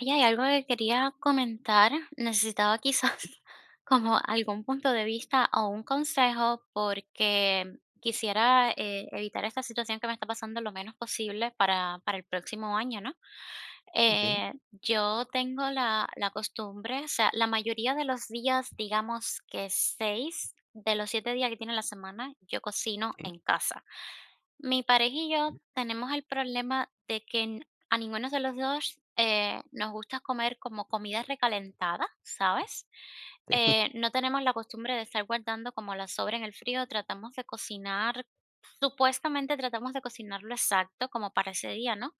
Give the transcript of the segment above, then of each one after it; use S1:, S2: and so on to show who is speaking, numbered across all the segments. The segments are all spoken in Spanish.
S1: Oye, hay algo que quería comentar. Necesitaba quizás como algún punto de vista o un consejo porque quisiera evitar esta situación que me está pasando lo menos posible para el próximo año, ¿no?
S2: Okey,
S1: Yo tengo la costumbre, o sea, la mayoría de los días, digamos que 6 de los 7 días que tiene la semana, yo cocino
S2: sí,
S1: en casa. Mi pareja y yo
S2: sí,
S1: tenemos el problema de que a ninguno de los dos nos gusta comer como comida recalentada, ¿sabes? Eh, no tenemos la costumbre de estar guardando como la sobra en el frío, tratamos de cocinar, supuestamente tratamos de cocinar lo exacto como para ese día, ¿no?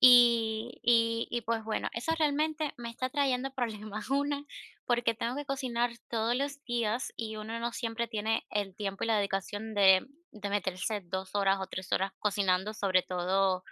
S1: Pues, bueno, eso realmente me está trayendo problemas. Una, porque tengo que cocinar todos los días y uno no siempre tiene el tiempo y la dedicación de meterse 2 horas o 3 horas cocinando, sobre todo,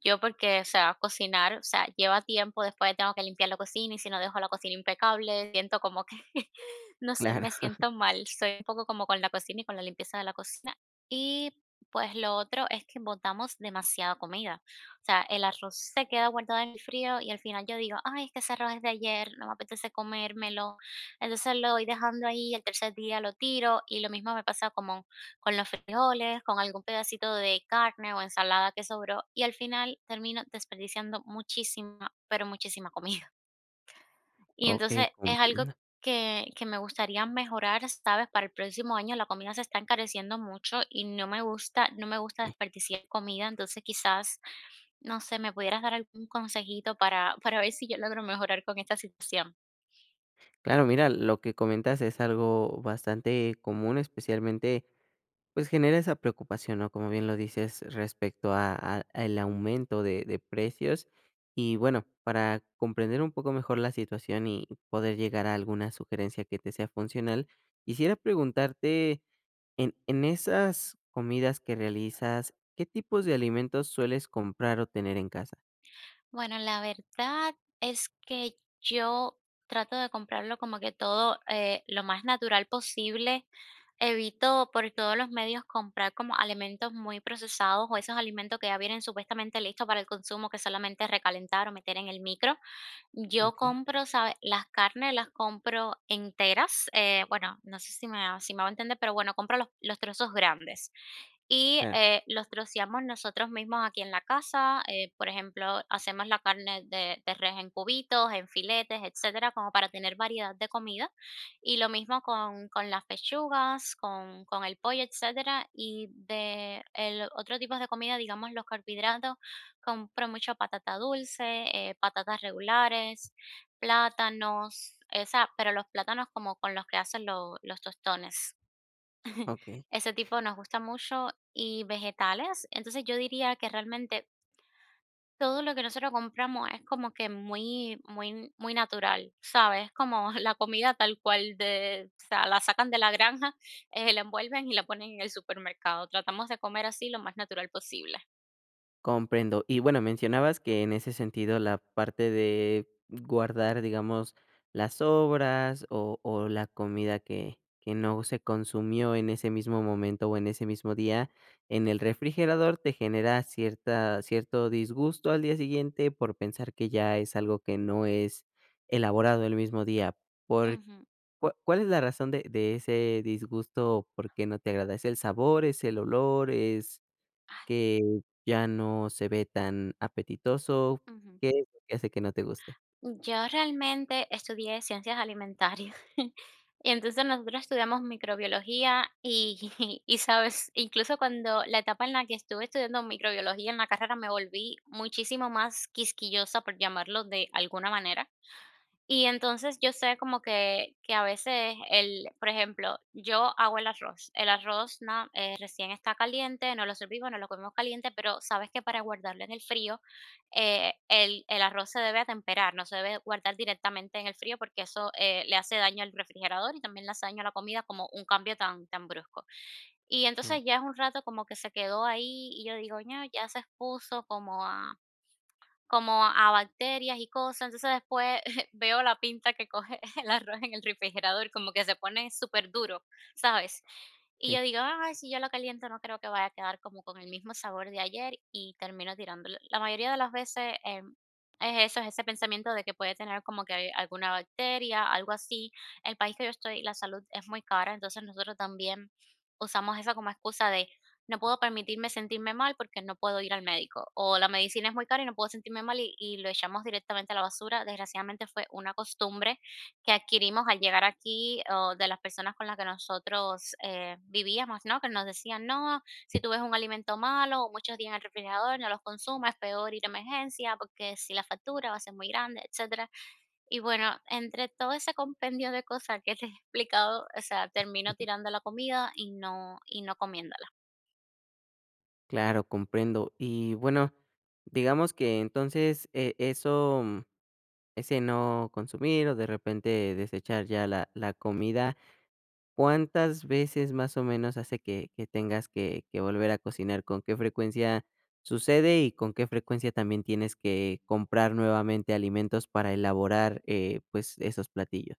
S1: yo porque, o sea, cocinar, o sea, lleva tiempo, después tengo que limpiar la cocina y si no dejo la cocina impecable, siento como que, no sé,
S2: claro,
S1: me siento mal. Soy un poco como con la cocina y con la limpieza de la cocina. Y pues lo otro es que botamos demasiada comida. O sea, el arroz se queda guardado en el frío y al final yo digo, ay, es que ese arroz es de ayer, no me apetece comérmelo. Entonces lo voy dejando ahí, el tercer día lo tiro y lo mismo me pasa como con los frijoles, con algún pedacito de carne o ensalada que sobró y al final termino desperdiciando muchísima, pero muchísima comida. Y
S2: okey,
S1: entonces es algo
S2: comprendo.
S1: que me gustaría mejorar, ¿sabes? Para el próximo año la comida se está encareciendo mucho y no me gusta desperdiciar comida, entonces quizás, no sé, me pudieras dar algún consejito para ver si yo logro mejorar con esta situación.
S2: Claro, mira, lo que comentas es algo bastante común, especialmente, pues, genera esa preocupación, ¿no? Como bien lo dices, respecto a al aumento de precios. Y bueno, para comprender un poco mejor la situación y poder llegar a alguna sugerencia que te sea funcional, quisiera preguntarte, en esas comidas que realizas, ¿qué tipos de alimentos sueles comprar o tener en casa?
S1: Bueno, la verdad es que yo trato de comprarlo como que todo lo más natural posible. Evito por todos los medios comprar como alimentos muy procesados o esos alimentos que ya vienen supuestamente listos para el consumo que solamente es recalentar o meter en el micro. Yo
S2: Okey,
S1: compro, ¿sabes? Las carnes las compro enteras, bueno, no sé si me, si me va a entender, pero bueno, compro los trozos grandes y
S2: claro,
S1: los troceamos nosotros mismos aquí en la casa. Eh, por ejemplo, hacemos la carne de res en cubitos, en filetes, etcétera, como para tener variedad de comida. Y lo mismo con las pechugas, con el pollo, etcétera. Y de el otro tipo de comida, digamos, los carbohidratos. Compro mucha patata dulce, patatas regulares, plátanos, esa, pero los plátanos como con los que hacen los tostones.
S2: okey.
S1: Ese tipo nos gusta mucho y vegetales. Entonces yo diría que realmente todo lo que nosotros compramos es como que muy, muy, muy natural, ¿sabes? Como la comida tal cual de, o sea, la sacan de la granja, la envuelven y la ponen en el supermercado. Tratamos de comer así lo más natural posible.
S2: Comprendo. Y bueno, mencionabas que en ese sentido la parte de guardar, digamos, las sobras o la comida que no se consumió en ese mismo momento o en ese mismo día en el refrigerador te genera cierta, cierto disgusto al día siguiente por pensar que ya es algo que no es elaborado el mismo día. ¿Por,
S1: Ujú,
S2: ¿Cuál es la razón de ese disgusto? ¿O por qué no te agrada? ¿Es el sabor? ¿Es el olor? ¿Es que ya no se ve tan apetitoso?
S1: ujú.
S2: ¿Qué es lo que hace que no te guste?
S1: Yo realmente estudié ciencias alimentarias. Y entonces nosotros estudiamos microbiología y, y sabes, incluso cuando la etapa en la que estuve estudiando microbiología en la carrera me volví muchísimo más quisquillosa, por llamarlo de alguna manera. Y entonces yo sé como que a veces el por ejemplo, yo hago el arroz. El arroz, na recién está caliente, no lo servimos, no lo comemos caliente, pero sabes que para guardarlo en el frío, el arroz se debe atemperar, no se debe guardar directamente en el frío, porque eso, le hace daño al refrigerador y también le hace daño a la comida como un cambio tan tan brusco. Y
S2: Ah,
S1: entonces ya es un rato como que se quedó ahí y yo digo: "No, ya se expuso como a bacterias y cosas". Entonces después veo la pinta que coge el arroz en el refrigerador, como que se pone súper duro, ¿sabes? Y
S2: sí,
S1: yo digo, ay, si yo lo caliento no creo que vaya a quedar como con el mismo sabor de ayer y termino tirándolo. La mayoría de las veces es eso, es ese pensamiento de que puede tener como que alguna bacteria, algo así. El país que yo estoy, la salud es muy cara, entonces nosotros también usamos eso como excusa de, no puedo permitirme sentirme mal porque no puedo ir al médico, o la medicina es muy cara y no puedo sentirme mal y lo echamos directamente a la basura. Desgraciadamente fue una costumbre que adquirimos al llegar aquí, o de las personas con las que nosotros, vivíamos, ¿no? Que nos decían: "No, si tú ves un alimento malo o muchos días en el refrigerador, no los consumas, es peor ir a emergencia porque si la factura va a ser muy grande", etcétera. Y bueno, entre todo ese compendio de cosas que te he explicado, o sea, termino tirando la comida y no comiéndola.
S2: claro, comprendo. Y bueno, digamos que entonces, eso, mm, ese no consumir o de repente desechar ya la comida, ¿cuántas veces más o menos hace que tengas que volver a cocinar? ¿Con qué frecuencia sucede y con qué frecuencia también tienes que comprar nuevamente alimentos para elaborar, pues, esos platillos?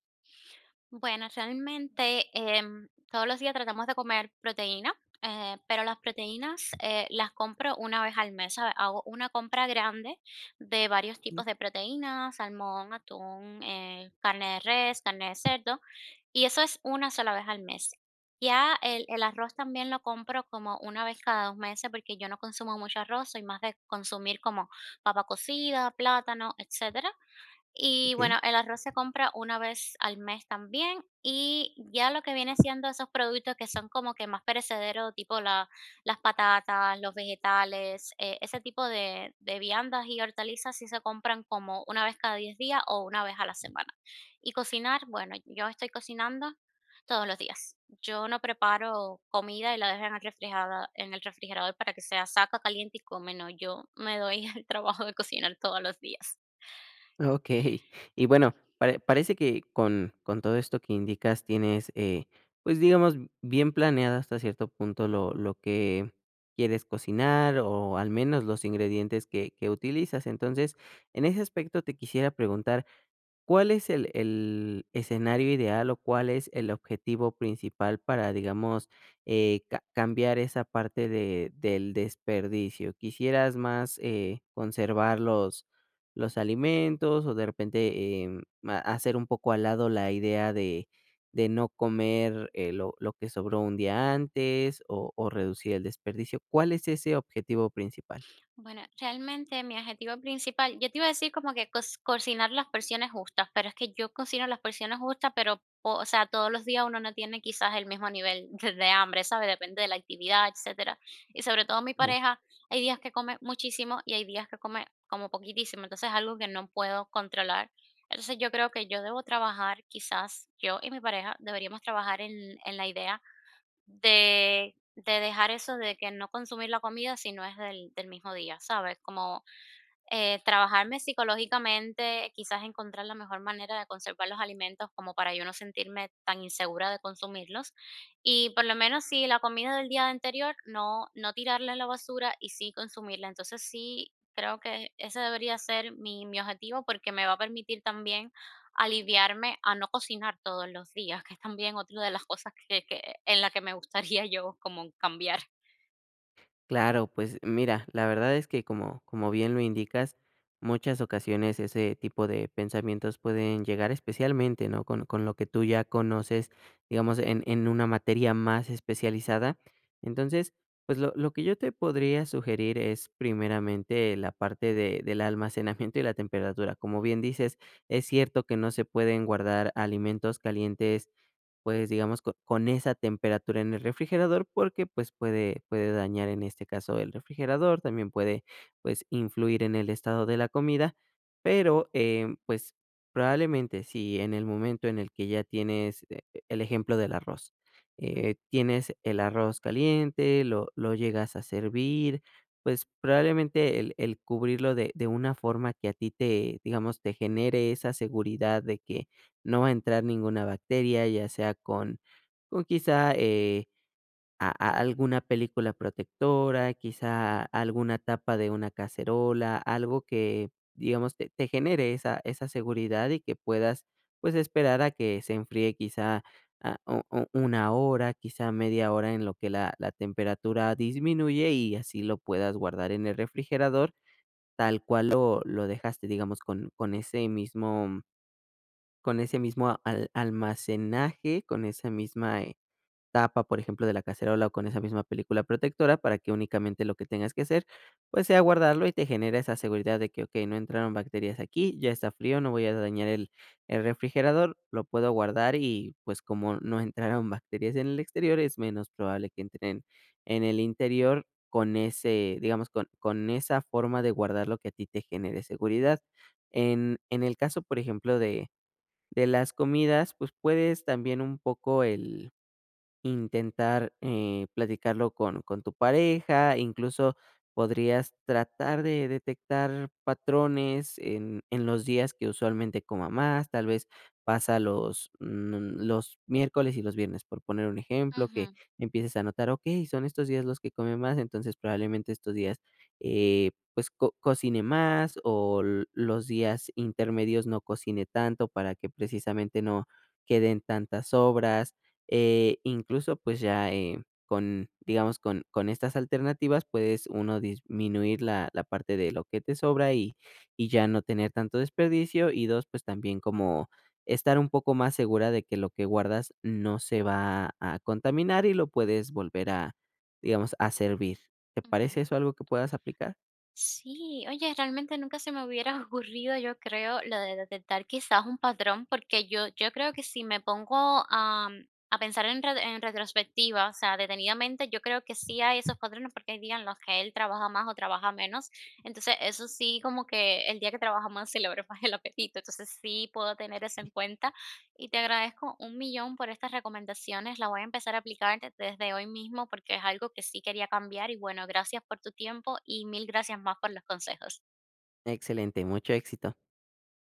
S1: Bueno, realmente todos los días tratamos de comer proteína, pero las proteínas las compro una vez al mes, ¿sabe? Hago una compra grande de varios
S2: Mm,
S1: tipos de proteínas, salmón, atún, carne de res, carne de cerdo, y eso es una sola vez al mes. Ya el arroz también lo compro como una vez cada dos meses porque yo no consumo mucho arroz, soy más de consumir como papa cocida, plátano, etcétera. Y
S2: okey.
S1: bueno, el arroz se compra una vez al mes también y ya lo que viene siendo esos productos que son como que más perecederos, tipo las patatas, los vegetales, ese tipo de viandas y hortalizas sí se compran como una vez cada 10 días o una vez a la semana. Y cocinar, bueno, yo estoy cocinando todos los días. Yo no preparo comida y la dejo en el refrigerador para que sea saca caliente y come, no, yo me doy el trabajo de cocinar todos los días.
S2: Ok, y bueno, parece que con todo esto que indicas tienes, pues, digamos, bien planeado hasta cierto punto lo que quieres cocinar, o al menos los ingredientes que utilizas. Entonces, en ese aspecto te quisiera preguntar, ¿cuál es el escenario ideal o cuál es el objetivo principal para, digamos, ca cambiar esa parte de del desperdicio? ¿Quisieras más, conservar los alimentos o de repente, em, ha hacer un poco al lado la idea de no comer, lo que sobró un día antes o reducir el desperdicio? ¿Cuál es ese objetivo principal?
S1: Bueno, realmente mi objetivo principal, yo te iba a decir como que cocinar las porciones justas, pero es que yo cocino las porciones justas, pero, o sea, todos los días uno no tiene quizás el mismo nivel de hambre, ¿sabes? Depende de la actividad, etcétera. Y sobre todo mi pareja, hay días que come muchísimo y hay días que come como poquitísimo, entonces es algo que no puedo controlar. Entonces yo creo que yo debo trabajar, quizás yo y mi pareja deberíamos trabajar en la idea de dejar eso de que no consumir la comida si no es del mismo día, ¿sabes? Como trabajarme psicológicamente, quizás encontrar la mejor manera de conservar los alimentos como para yo no sentirme tan insegura de consumirlos. Y por lo menos si la comida del día anterior, no, no tirarla en la basura y sí consumirla. Entonces sí, creo que ese debería ser mi objetivo porque me va a permitir también aliviarme a no cocinar todos los días, que es también otra de las cosas en la que me gustaría yo como cambiar.
S2: Claro, pues mira, la verdad es que como, como bien lo indicas, muchas ocasiones ese tipo de pensamientos pueden llegar especialmente, ¿no? Con lo que tú ya conoces, digamos, en una materia más especializada. Entonces, pues lo que yo te podría sugerir es primeramente la parte de, del almacenamiento y la temperatura. Como bien dices, es cierto que no se pueden guardar alimentos calientes, pues, digamos, co con esa temperatura en el refrigerador, porque, pues, puede dañar, en este caso, el refrigerador, también puede, pues, influir en el estado de la comida, pero, pues, probablemente, si en el momento en el que ya tienes, el ejemplo del arroz, tienes el arroz caliente, lo llegas a servir, pues, probablemente el cubrirlo de una forma que a ti te, digamos, te genere esa seguridad de que no va a entrar ninguna bacteria, ya sea con quizá, a alguna película protectora, quizá alguna tapa de una cacerola, algo que, digamos, te te genere esa esa seguridad y que puedas, pues, esperar a que se enfríe quizá, ah, u u una hora, quizá media hora en lo que la temperatura disminuye y así lo puedas guardar en el refrigerador, tal cual lo dejaste, digamos, con ese mismo al almacenaje, con esa misma, tapa, por ejemplo, de la cacerola o con esa misma película protectora para que únicamente lo que tengas que hacer, pues, sea guardarlo y te genera esa seguridad de que, okey, no entraron bacterias aquí, ya está frío, no voy a dañar el refrigerador, lo puedo guardar y, pues, como no entraron bacterias en el exterior, es menos probable que entren en el interior con ese, digamos, con esa forma de guardarlo que a ti te genere seguridad. En el caso, por ejemplo, de las comidas, pues, puedes también un poco el intentar, platicarlo con tu pareja, incluso podrías tratar de detectar patrones en los días que usualmente coma más, tal vez pasa los, mm, los miércoles y los viernes, por poner un ejemplo, que
S1: Ujú,
S2: empieces a notar, okey, son estos días los que come más, entonces probablemente estos días, pues, co cocine más o l los días intermedios no cocine tanto para que precisamente no queden tantas sobras. Incluso, pues ya, con, digamos, con estas alternativas puedes uno disminuir la, la parte de lo que te sobra y ya no tener tanto desperdicio. Y dos, pues también como estar un poco más segura de que lo que guardas no se va a contaminar y lo puedes volver a, digamos, a servir. ¿Te
S1: ujú.
S2: parece eso algo que puedas aplicar?
S1: Sí, oye, realmente nunca se me hubiera ocurrido, yo creo, lo de detectar quizás un patrón, porque yo creo que si me pongo a pensar en, en retrospectiva, o sea, detenidamente, yo creo que sí hay esos patrones porque hay días en los que él trabaja más o trabaja menos. Entonces, eso sí, como que el día que trabaja más se le abre más el apetito. Entonces, sí puedo tener eso en cuenta y te agradezco un millón por estas recomendaciones. La voy a empezar a aplicar desde hoy mismo porque es algo que sí quería cambiar. Y bueno, gracias por tu tiempo y mil gracias más por los consejos.
S2: Excelente, mucho éxito.